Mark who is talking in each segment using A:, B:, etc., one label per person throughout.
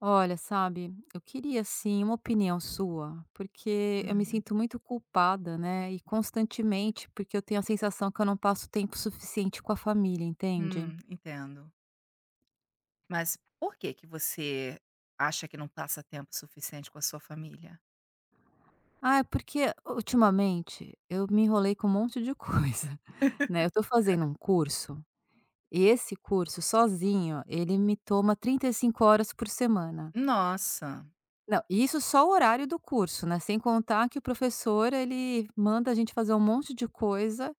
A: Olha, sabe, eu queria sim uma opinião sua, porque eu me
B: Uhum.
A: sinto muito culpada, né? E constantemente, porque eu tenho a sensação que eu não passo tempo suficiente com a família, entende?
B: Entendo. Mas por que que você acha que não passa tempo suficiente com a sua família?
A: Ah, é porque ultimamente eu me enrolei com um monte de coisa, né? Eu tô fazendo um curso, e esse curso sozinho, ele me toma 35 horas por semana.
B: Nossa.
A: Não, isso só o horário do curso, né? Sem contar que o professor, ele manda a gente fazer um monte de coisa.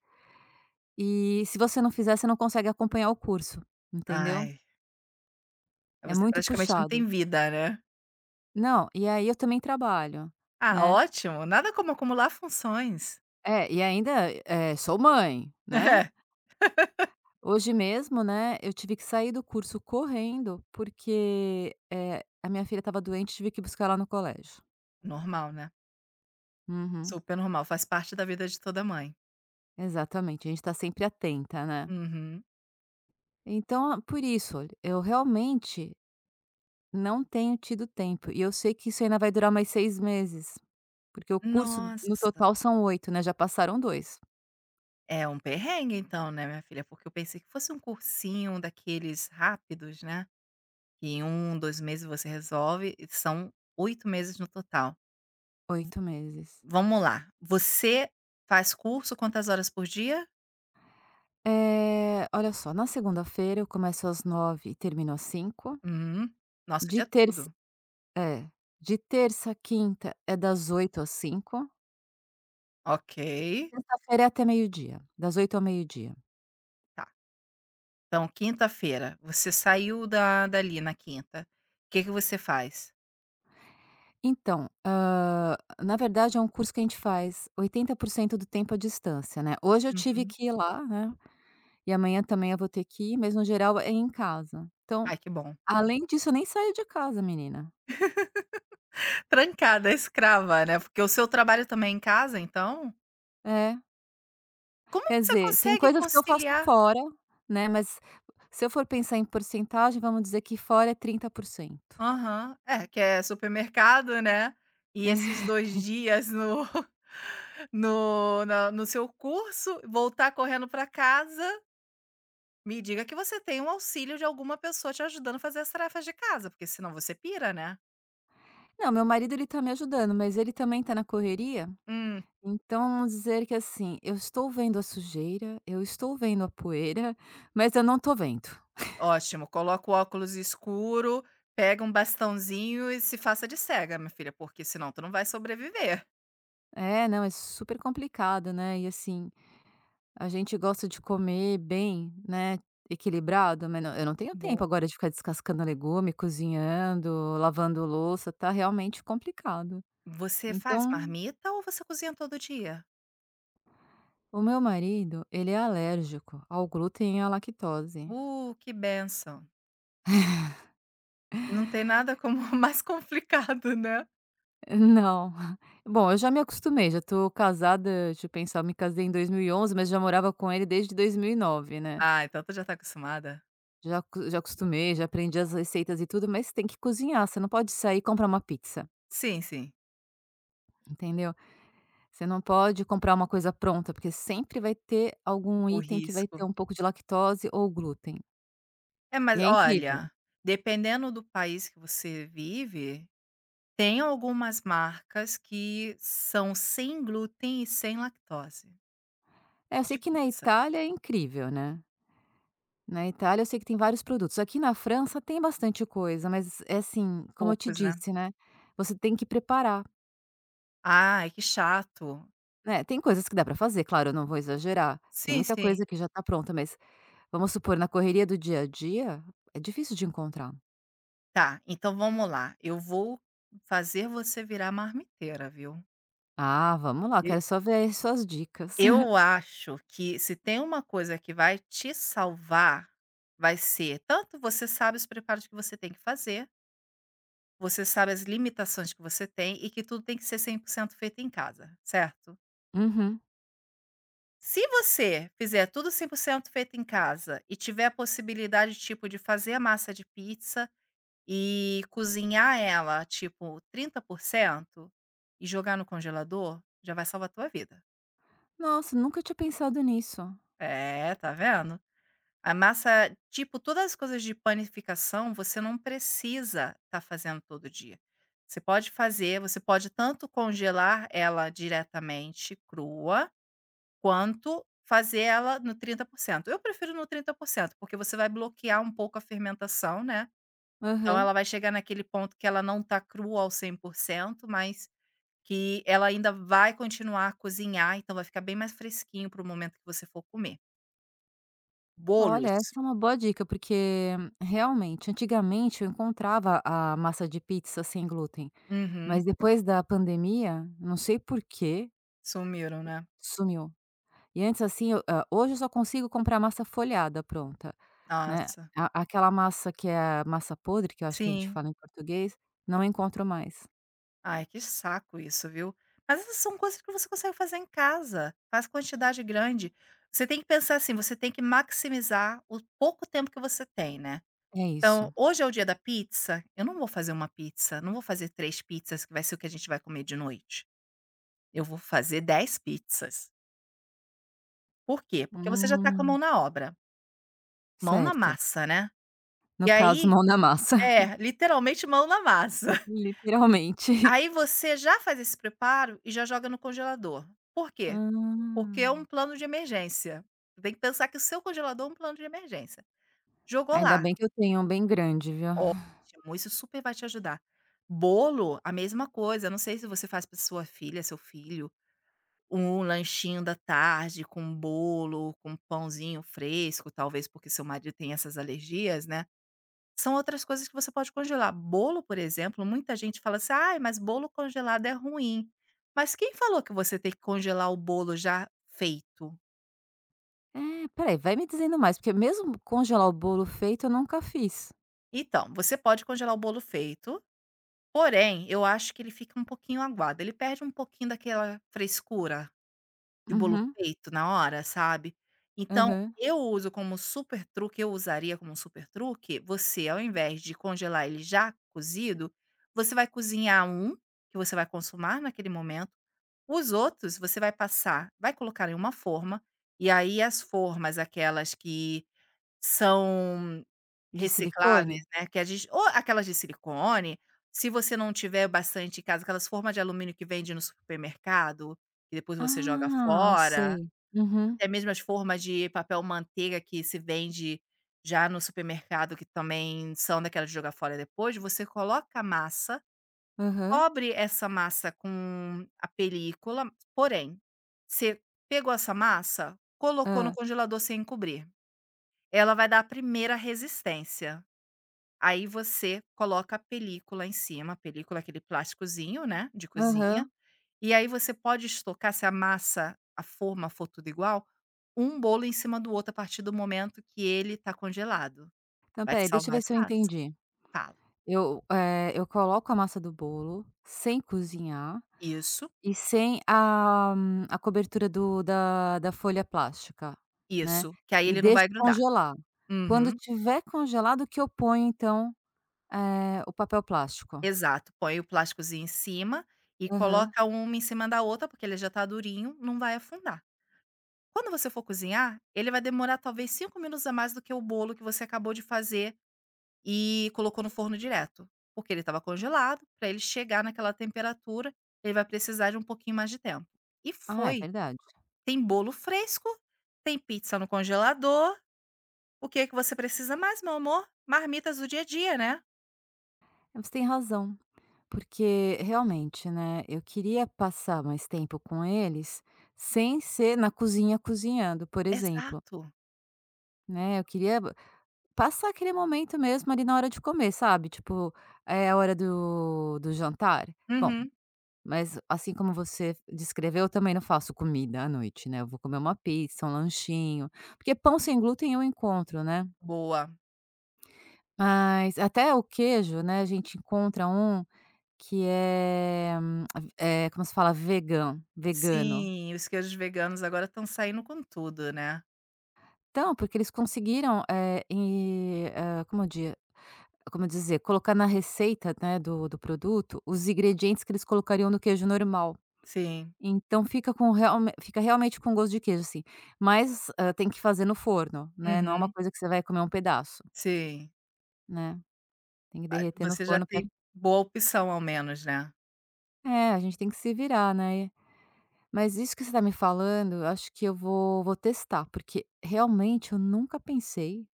A: E se você não fizer, você não consegue acompanhar o curso, entendeu?
B: Ai,
A: É
B: você
A: muito
B: praticamente não
A: puxado.
B: tem vida, né?
A: Não, e aí eu também trabalho,
B: Ah,
A: né.
B: ótimo. Nada como acumular funções.
A: É, e ainda, sou mãe, né.
B: É.
A: Hoje mesmo, né, eu tive que sair do curso correndo, porque, a minha filha estava doente, tive que buscar ela no colégio.
B: Normal, né?
A: Uhum.
B: Super normal. Faz parte da vida de toda mãe.
A: Exatamente, a gente está sempre atenta, né.
B: Uhum.
A: Então, por isso, olha, eu realmente não tenho tido tempo, e eu sei que isso ainda vai durar mais 6 meses. Porque o curso no
B: Nossa.
A: total são 8, né, já passaram 2,
B: É um perrengue então, né, minha filha? Porque eu pensei que fosse um cursinho daqueles rápidos, né? Que em 1, 2 meses você resolve, e são 8 meses no total.
A: 8 meses.
B: Vamos lá, você faz curso quantas horas por dia?
A: É, olha só, na segunda-feira eu começo às 9 e termino às 17.
B: Hum, nossa, o
A: de
B: dia
A: terça
B: todo.
A: é, de terça a quinta é das 8 às 5. H
B: Ok,
A: Sexta-feira é até meio-dia, das 8 ao meio-dia.
B: tá. Então quinta-feira, você saiu da dali na quinta. O que que você faz?
A: Então, na verdade é um curso que a gente faz 80% do tempo à distância, né, hoje eu tive
B: Uhum.
A: que ir lá, né, e amanhã também eu vou ter que ir, mas no geral é em casa. Então,
B: Ai que bom.
A: além disso eu nem saio de casa, menina.
B: Trancada, escrava, né, porque o seu trabalho também é em casa, então?
A: É.
B: Como
A: Quer
B: você
A: dizer, tem
B: consegue
A: coisas que eu faço
B: conciliar?
A: fora, né, mas se eu for pensar em porcentagem, vamos dizer que fora é 30%.
B: Aham, é que é supermercado, né, e esses 2 dias no no seu curso, voltar correndo para casa. Me diga que você tem um auxílio de alguma pessoa te ajudando a fazer as tarefas de casa, porque senão você pira, né?
A: Não, meu marido ele tá me ajudando, mas ele também tá na correria,
B: Hum,
A: então vamos dizer que, assim, eu estou vendo a sujeira, eu estou vendo a poeira, mas eu não tô vendo.
B: ótimo. Coloca o óculos escuro, pega um bastãozinho e se faça de cega, minha filha, porque senão tu não vai sobreviver.
A: É, não, é super complicado, né, e assim, a gente gosta de comer bem, né, equilibrado, mas não, eu não tenho tempo
B: Boa.
A: agora de ficar descascando legume, cozinhando, lavando louça, tá realmente complicado.
B: Você faz
A: Então,
B: marmita ou você cozinha todo dia?
A: o meu marido, ele é alérgico ao glúten e à lactose.
B: Que benção. Não tem nada como mais complicado, né?
A: Não. Bom, eu já me acostumei, já tô casada, deixa eu pensar, eu me casei em 2011, mas já morava com ele desde 2009, né.
B: Ah, então tu já tá acostumada?
A: Já acostumei, já aprendi as receitas e tudo, mas tem que cozinhar, você não pode sair e comprar uma pizza,
B: Sim, sim.
A: entendeu. Você não pode comprar uma coisa pronta, porque sempre vai ter algum
B: O
A: item que vai ter
B: risco.
A: um pouco de lactose ou glúten.
B: É, mas
A: E é incrível.
B: olha, dependendo do país que você vive, tem algumas marcas que são sem glúten e sem lactose,
A: É, eu sei
B: de
A: que na
B: pizza.
A: Itália é incrível, né. Na Itália eu sei que tem vários produtos. Aqui na França tem bastante coisa, mas é assim, como eu te
B: Poucos, né.
A: disse, né, você tem que preparar,
B: Ai, que chato.
A: né. Tem coisas que dá para fazer, claro, eu não vou exagerar. Tem
B: Sim,
A: muita
B: sim.
A: coisa que já está pronta, mas vamos supor, na correria do dia a dia, é difícil de encontrar.
B: Tá, então vamos lá, eu vou fazer você virar marmiteira, viu.
A: Ah, vamos lá,
B: E
A: quero só ver as suas dicas.
B: eu acho que se tem uma coisa que vai te salvar, vai ser tanto você sabe os preparos que você tem que fazer, você sabe as limitações que você tem e que tudo tem que ser 100% feito em casa, certo?
A: Uhum.
B: Se você fizer tudo 100% feito em casa e tiver a possibilidade, tipo, de fazer a massa de pizza e cozinhar ela, tipo, 30% e jogar no congelador, já vai salvar a tua vida.
A: Nossa, nunca tinha pensado nisso.
B: É, tá vendo? A massa, tipo, todas as coisas de panificação, você não precisa estar fazendo todo dia. Você pode fazer, você pode tanto congelar ela diretamente crua, quanto fazer ela no 30%. Eu prefiro no 30%, porque você vai bloquear um pouco a fermentação, né, então
A: Aham.
B: ela vai chegar naquele ponto que ela não tá crua ao 100%, mas que ela ainda vai continuar a cozinhar, então vai ficar bem mais fresquinho para o momento que você for comer.
A: Olha,
B: Bolos?
A: essa é uma boa dica, porque realmente, antigamente eu encontrava a massa de pizza sem glúten.
B: Uhum.
A: Mas depois da pandemia, não sei por quê,
B: Sumiram, né.
A: sumiu. E antes assim, hoje eu só consigo comprar massa folhada pronta, né.
B: Nossa.
A: A aquela massa que é a massa podre, que eu acho que a gente
B: Sim.
A: fala em português, não encontro mais.
B: Ai, que saco isso, viu. Mas essas são coisas que você consegue fazer em casa, faz quantidade grande. Você tem que pensar assim, você tem que maximizar o pouco tempo que você tem, né.
A: É
B: Então,
A: isso.
B: hoje é o dia da pizza, eu não vou fazer uma pizza, não vou fazer 3 pizzas que vai ser o que a gente vai comer de noite. Eu vou fazer 10 pizzas. Por quê? Porque você já tá com a mão
A: Hum,
B: na obra, mão na
A: certo.
B: massa, né. E
A: No caso,
B: aí
A: mão na massa,
B: é, literalmente mão na massa.
A: literalmente.
B: Aí você já faz esse preparo e já joga no congelador. Por
A: Hã.
B: quê? Porque é um plano de emergência. Tem que pensar que o seu congelador é um plano de emergência. Jogou
A: Ainda
B: lá,
A: bem que eu tenho um bem grande, viu.
B: ótimo, isso super vai te ajudar. Bolo, a mesma coisa, não sei se você faz para sua filha, seu filho, um lanchinho da tarde com bolo, com pãozinho fresco, talvez porque seu marido tem essas alergias, né. São outras coisas que você pode congelar. Bolo, por exemplo, muita gente fala assim: "Ai, mas bolo congelado é ruim". Mas quem falou que você tem que congelar o bolo já feito?
A: É, espera vai me dizendo mais, porque mesmo congelar o bolo feito eu nunca fiz.
B: Então, você pode congelar o bolo feito, porém, eu acho que ele fica um pouquinho aguado, ele perde um pouquinho daquela frescura de bolo
A: Uhum,
B: feito na hora, sabe. Então,
A: aham.
B: eu usaria como super truque, você ao invés de congelar ele já cozido, você vai cozinhar um, que você vai consumar naquele momento, os outros você vai colocar em uma forma, e aí as formas aquelas que são
A: De
B: recicláveis,
A: silicone?
B: né, que a gente ou aquelas de silicone, se você não tiver bastante em casa, aquelas formas de alumínio que vende no supermercado, que depois você joga
A: Ah, eu
B: fora,
A: sei. Uhum,
B: até mesmo as formas de papel manteiga que se vende já no supermercado, que também são daquelas de jogar fora depois, você coloca a massa,
A: aham,
B: cobre essa massa com a película, porém, você pegou essa massa, colocou no
A: hã,
B: congelador sem cobrir, ela vai dar a primeira resistência. Aí você coloca a película em cima, a película é aquele plásticozinho, né, de cozinha,
A: aham.
B: e aí você pode estocar, se a massa, a forma for tudo igual, um bolo em cima do outro a partir do momento que ele tá congelado.
A: Então
B: Vai te
A: peraí, deixa eu
B: salvar
A: ver se eu
B: espaço.
A: entendi.
B: Fala:
A: Eu coloco a massa do bolo sem cozinhar
B: "Isso,
A: e sem a cobertura do da da folha plástica, né,
B: isso", que aí
A: e
B: ele não
A: deixo
B: vai grudar.
A: congelar. Quando
B: Uhum,
A: tiver congelado que eu ponho então, o papel plástico.
B: exato. Põe o plásticozinho em cima e
A: Aham.
B: coloca uma em cima da outra, porque ele já tá durinho, não vai afundar. Quando você for cozinhar, ele vai demorar talvez 5 minutos a mais do que o bolo que você acabou de fazer e colocou no forno direto, porque ele estava congelado. Para ele chegar naquela temperatura, ele vai precisar de um pouquinho mais de tempo. E
A: Ah, é
B: foi.
A: verdade.
B: Tem bolo fresco, tem pizza no congelador, o que é que você precisa mais, meu amor? Marmitas do dia a dia, né.
A: Você tem razão. Porque realmente, né, eu queria passar mais tempo com eles sem ser na cozinha cozinhando, por exemplo,
B: Exato.
A: né, eu queria passar aquele momento mesmo ali na hora de comer, sabe, tipo, é a hora do jantar. Bom,
B: Uhum.
A: mas assim como você descreveu, eu também não faço comida à noite, né, eu vou comer uma pizza, um lanchinho, porque pão sem glúten eu encontro, né.
B: Boa.
A: Mas até o queijo, né, a gente encontra um, que é, como se fala? Vegan, vegano.
B: Sim, os queijos veganos agora estão saindo com tudo, né.
A: Então, porque eles conseguiram, e, como dizer? Colocar na receita, né, do produto, os ingredientes que eles colocariam no queijo normal.
B: Sim.
A: Então fica com realme fica realmente com gosto de queijo, assim. Mas, tem que fazer no forno, né, não é uma
B: Uhum.
A: coisa que você vai comer um pedaço,
B: Sim.
A: né. Tem que
B: Mas
A: derreter no
B: você já
A: forno. pra
B: tem boa opção ao menos, né.
A: é, a gente tem que se virar, né. Mas isso que você está me falando, eu acho que eu vou testar, porque realmente eu nunca pensei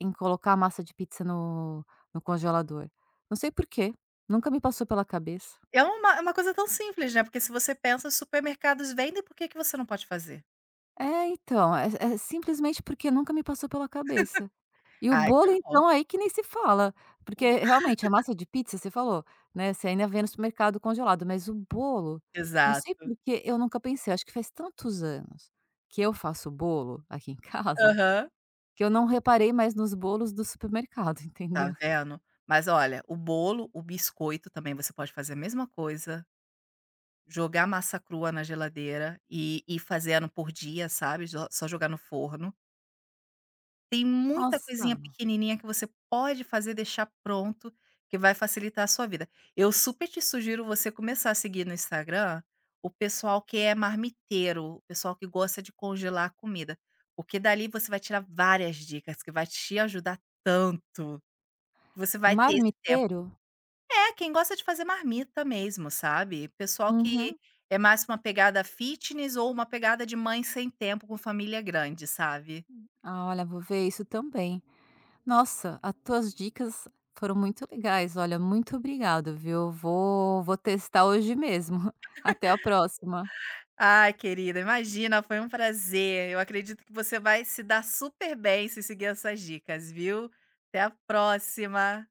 A: em colocar a massa de pizza no congelador. Não sei por quê, nunca me passou pela cabeça.
B: É uma coisa tão simples, né, porque se você pensa os supermercados vendem, por que que você não pode fazer?
A: É, então, é simplesmente porque nunca me passou pela cabeça. E o
B: Ai que
A: bolo
B: bom.
A: então, aí que nem se fala, porque realmente a massa de pizza, você falou, né, você ainda vê no supermercado congelado, mas o bolo, não sei
B: Exato.
A: por que eu nunca pensei, acho que faz tantos anos que eu faço bolo aqui em casa
B: Aham.
A: que eu não reparei mais nos bolos do supermercado,
B: Tá
A: entendeu.
B: vendo? Mas olha, o bolo, o biscoito também você pode fazer a mesma coisa, jogar massa crua na geladeira e ir fazendo por dia, sabe, jo só jogar no forno. Tem muita coisinha
A: Nossa,
B: pequenininha que você pode fazer, deixar pronto, que vai facilitar a sua vida. Eu super te sugiro você começar a seguir no Instagram o pessoal que é marmiteiro, o pessoal que gosta de congelar a comida, porque dali você vai tirar várias dicas que vai te ajudar tanto, que você vai ter esse tempo.
A: marmiteiro?
B: É, quem gosta de fazer marmita mesmo, sabe? Pessoal que
A: Uhum.
B: é mais uma pegada fitness ou uma pegada de mãe sem tempo com família grande, sabe?
A: Ah, olha, vou ver isso também. Nossa, as tuas dicas foram muito legais. Olha, muito obrigado, viu. Vou testar hoje mesmo. Até a próxima.
B: Ai, querida, imagina, foi um prazer. Eu acredito que você vai se dar super bem se seguir essas dicas, viu? Até a próxima.